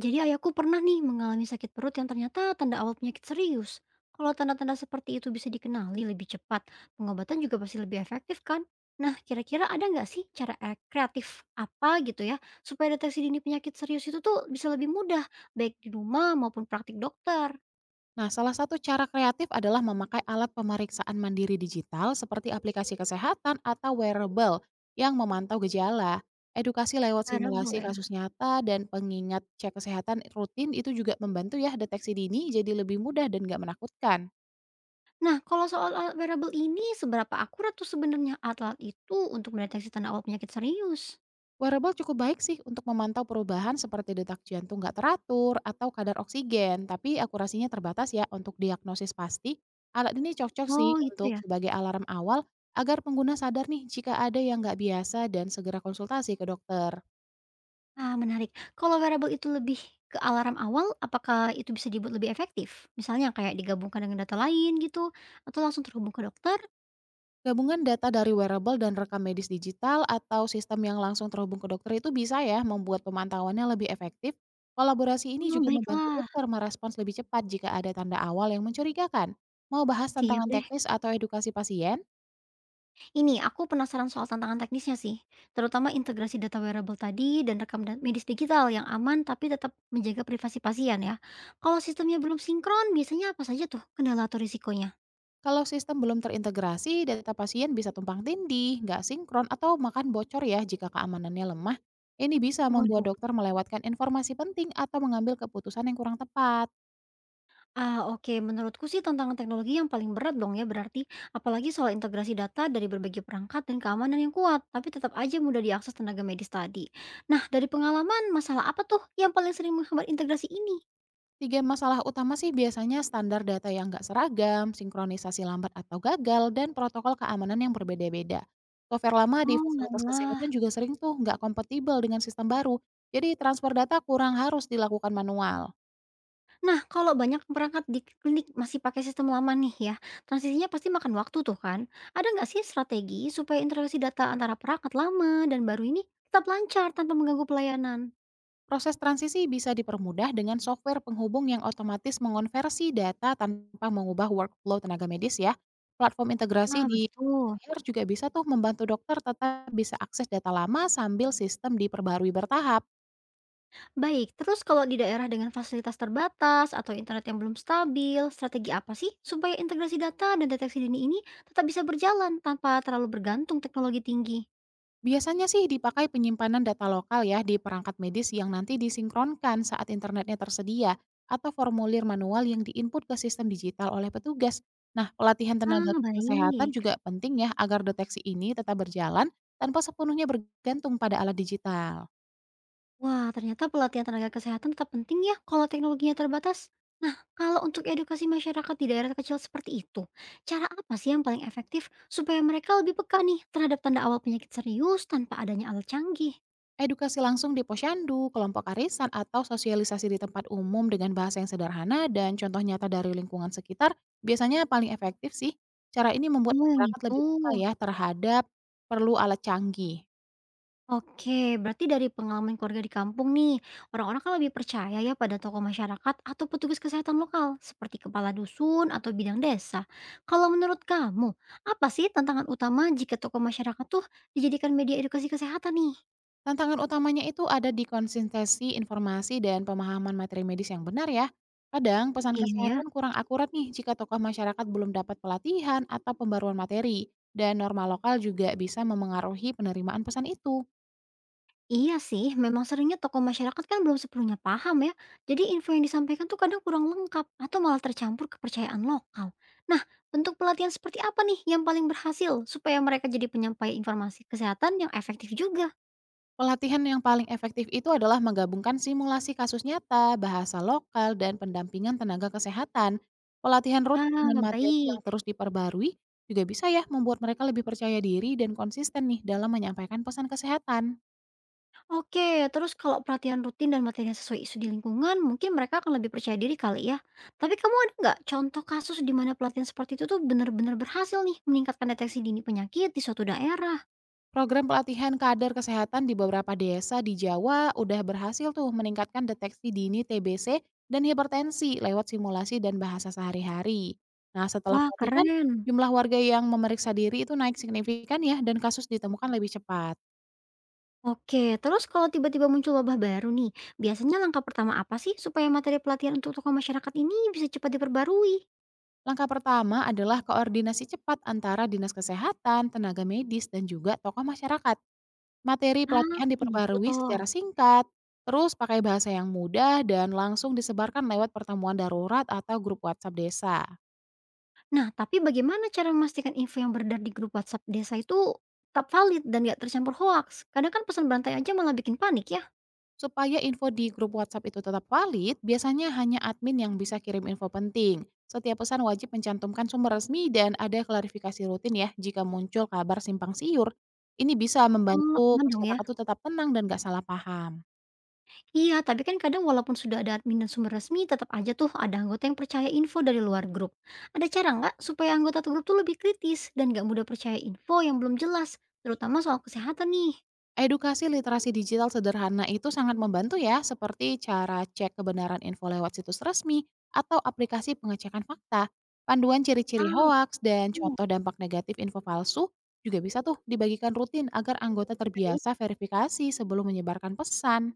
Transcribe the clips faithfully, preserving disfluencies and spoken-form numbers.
Jadi ayahku pernah nih mengalami sakit perut yang ternyata tanda awal penyakit serius. Kalau tanda-tanda seperti itu bisa dikenali lebih cepat, pengobatan juga pasti lebih efektif kan? Nah, kira-kira ada nggak sih cara eh, kreatif apa gitu ya, supaya deteksi dini penyakit serius itu tuh bisa lebih mudah, baik di rumah maupun praktik dokter? Nah, salah satu cara kreatif adalah memakai alat pemeriksaan mandiri digital seperti aplikasi kesehatan atau wearable yang memantau gejala. Edukasi lewat Wearable simulasi ya. kasus nyata dan pengingat cek kesehatan rutin itu juga membantu ya, deteksi dini jadi lebih mudah dan nggak menakutkan. Nah, kalau soal alat wearable ini, seberapa akurat tuh sebenarnya alat-alat itu untuk mendeteksi tanda awal penyakit serius? Wearable cukup baik sih untuk memantau perubahan seperti detak jantung nggak teratur atau kadar oksigen, tapi akurasinya terbatas ya untuk diagnosis pasti. Alat ini cocok sih Oh, gitu untuk ya. sebagai alarm awal, agar pengguna sadar nih jika ada yang nggak biasa dan segera konsultasi ke dokter. Ah, menarik. Kalau wearable itu lebih ke alarm awal, apakah itu bisa dibuat lebih efektif? Misalnya kayak digabungkan dengan data lain gitu, atau langsung terhubung ke dokter? Gabungan data dari wearable dan rekam medis digital atau sistem yang langsung terhubung ke dokter itu bisa ya membuat pemantauannya lebih efektif. Kolaborasi ini Oh, juga membantu baiklah. dokter merespons lebih cepat jika ada tanda awal yang mencurigakan. Mau bahas Siap tantangan deh. teknis atau edukasi pasien? Ini, aku penasaran soal tantangan teknisnya sih. Terutama integrasi data wearable tadi dan rekam da- medis digital yang aman tapi tetap menjaga privasi pasien ya. Kalau sistemnya belum sinkron, biasanya apa saja tuh kendala atau risikonya? Kalau sistem belum terintegrasi, data pasien bisa tumpang tindih, nggak sinkron, atau makan bocor ya jika keamanannya lemah. Ini bisa Waduh. membuat dokter melewatkan informasi penting atau mengambil keputusan yang kurang tepat. Ah, oke. Menurutku sih tantangan teknologi yang paling berat dong ya berarti, apalagi soal integrasi data dari berbagai perangkat dan keamanan yang kuat, tapi tetap aja mudah diakses tenaga medis tadi. Nah, dari pengalaman, masalah apa tuh yang paling sering menghambat integrasi ini? Tiga masalah utama sih, biasanya standar data yang nggak seragam, sinkronisasi lambat atau gagal, dan protokol keamanan yang berbeda-beda. Software lama di Oh, fasilitas alah. kesehatan juga sering tuh nggak kompatibel dengan sistem baru, jadi transfer data kurang harus dilakukan manual. Nah, kalau banyak perangkat di klinik masih pakai sistem lama nih ya, transisinya pasti makan waktu tuh kan. Ada nggak sih strategi supaya integrasi data antara perangkat lama dan baru ini tetap lancar tanpa mengganggu pelayanan? Proses transisi bisa dipermudah dengan software penghubung yang otomatis mengonversi data tanpa mengubah workflow tenaga medis ya. Platform Nah, integrasi di begitu. akhir juga bisa tuh membantu dokter tetap bisa akses data lama sambil sistem diperbarui bertahap. Baik, terus kalau di daerah dengan fasilitas terbatas atau internet yang belum stabil, strategi apa sih supaya integrasi data dan deteksi dini ini tetap bisa berjalan tanpa terlalu bergantung teknologi tinggi? Biasanya sih dipakai penyimpanan data lokal ya, di perangkat medis yang nanti disinkronkan saat internetnya tersedia, atau formulir manual yang diinput ke sistem digital oleh petugas. Nah, pelatihan tenaga Ah, kesehatan baik. juga penting ya, agar deteksi ini tetap berjalan tanpa sepenuhnya bergantung pada alat digital. Wah, ternyata pelatihan tenaga kesehatan tetap penting ya kalau teknologinya terbatas. Nah, kalau untuk edukasi masyarakat di daerah kecil seperti itu, cara apa sih yang paling efektif supaya mereka lebih peka nih terhadap tanda awal penyakit serius tanpa adanya alat canggih? Edukasi langsung di posyandu, kelompok arisan, atau sosialisasi di tempat umum dengan bahasa yang sederhana dan contoh nyata dari lingkungan sekitar biasanya paling efektif sih. Cara ini membuat Oh, yang masyarakat itu. lebih peka ya terhadap perlu alat canggih. Oke, berarti dari pengalaman keluarga di kampung nih, orang-orang kan lebih percaya ya pada tokoh masyarakat atau petugas kesehatan lokal, seperti kepala dusun atau bidang desa. Kalau menurut kamu, apa sih tantangan utama jika tokoh masyarakat tuh dijadikan media edukasi kesehatan nih? Tantangan utamanya itu ada di konsistensi informasi dan pemahaman materi medis yang benar ya. Kadang pesan Iya ya. kesehatan kurang akurat nih jika tokoh masyarakat belum dapat pelatihan atau pembaruan materi, dan norma lokal juga bisa memengaruhi penerimaan pesan itu. Iya sih, memang seringnya tokoh masyarakat kan belum sepenuhnya paham ya. Jadi info yang disampaikan tuh kadang kurang lengkap atau malah tercampur kepercayaan lokal. Nah, bentuk pelatihan seperti apa nih yang paling berhasil supaya mereka jadi penyampai informasi kesehatan yang efektif juga? Pelatihan yang paling efektif itu adalah menggabungkan simulasi kasus nyata, bahasa lokal, dan pendampingan tenaga kesehatan. Pelatihan rutin Ah, dengan materi yang baik. terus diperbarui juga bisa ya membuat mereka lebih percaya diri dan konsisten nih dalam menyampaikan pesan kesehatan. Oke, terus kalau pelatihan rutin dan materi yang sesuai isu di lingkungan, mungkin mereka akan lebih percaya diri kali ya. Tapi kamu ada nggak contoh kasus di mana pelatihan seperti itu tuh benar-benar berhasil nih meningkatkan deteksi dini penyakit di suatu daerah? Program pelatihan kader kesehatan di beberapa desa di Jawa udah berhasil tuh meningkatkan deteksi dini T B C dan hipertensi lewat simulasi dan bahasa sehari-hari. Nah, setelah Wah, pelatihan, keren. jumlah warga yang memeriksa diri itu naik signifikan ya, dan kasus ditemukan lebih cepat. Oke, terus kalau tiba-tiba muncul wabah baru nih, biasanya langkah pertama apa sih supaya materi pelatihan untuk tokoh masyarakat ini bisa cepat diperbarui? Langkah pertama adalah koordinasi cepat antara dinas kesehatan, tenaga medis, dan juga tokoh masyarakat. Materi Ah, pelatihan itu diperbarui toh. secara singkat, terus pakai bahasa yang mudah dan langsung disebarkan lewat pertemuan darurat atau grup WhatsApp desa. Nah, tapi bagaimana cara memastikan info yang beredar di grup WhatsApp desa itu tetap valid dan nggak tercampur hoax? Kadang kan pesan berantai aja malah bikin panik ya. Supaya info di grup WhatsApp itu tetap valid, biasanya hanya admin yang bisa kirim info penting. Setiap pesan wajib mencantumkan sumber resmi dan ada klarifikasi rutin ya jika muncul kabar simpang siur. Ini bisa Oh, membantu aman dong ya. masyarakat itu tetap tenang dan gak salah paham. Iya, tapi kan kadang walaupun sudah ada admin dan sumber resmi, tetap aja tuh ada anggota yang percaya info dari luar grup. Ada cara nggak supaya anggota tuh grup tuh lebih kritis dan nggak mudah percaya info yang belum jelas, terutama soal kesehatan nih? Edukasi literasi digital sederhana itu sangat membantu ya, seperti cara cek kebenaran info lewat situs resmi atau aplikasi pengecekan fakta. Panduan Ah, ciri-ciri hoaks dan begini. contoh dampak negatif info palsu juga bisa tuh dibagikan rutin, agar anggota Baik. terbiasa verifikasi sebelum menyebarkan pesan.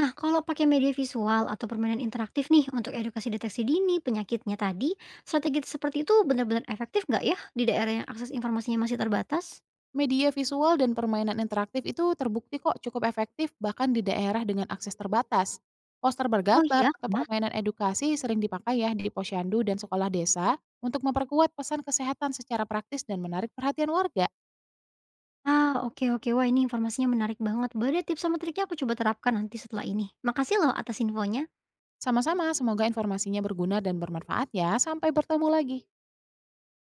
Nah, kalau pakai media visual atau permainan interaktif nih untuk edukasi deteksi dini penyakitnya tadi, strategi seperti itu benar-benar efektif nggak ya di daerah yang akses informasinya masih terbatas? Media visual dan permainan interaktif itu terbukti kok cukup efektif bahkan di daerah dengan akses terbatas. Poster Oh bergambar iya, atau kenapa? permainan edukasi sering dipakai ya di posyandu dan sekolah desa untuk memperkuat pesan kesehatan secara praktis dan menarik perhatian warga. Ah, oke oke. Wah, ini informasinya menarik banget. Boleh deh tips sama triknya aku coba terapkan nanti setelah ini. Makasih loh atas infonya. Sama-sama, semoga informasinya berguna dan bermanfaat ya. Sampai bertemu lagi.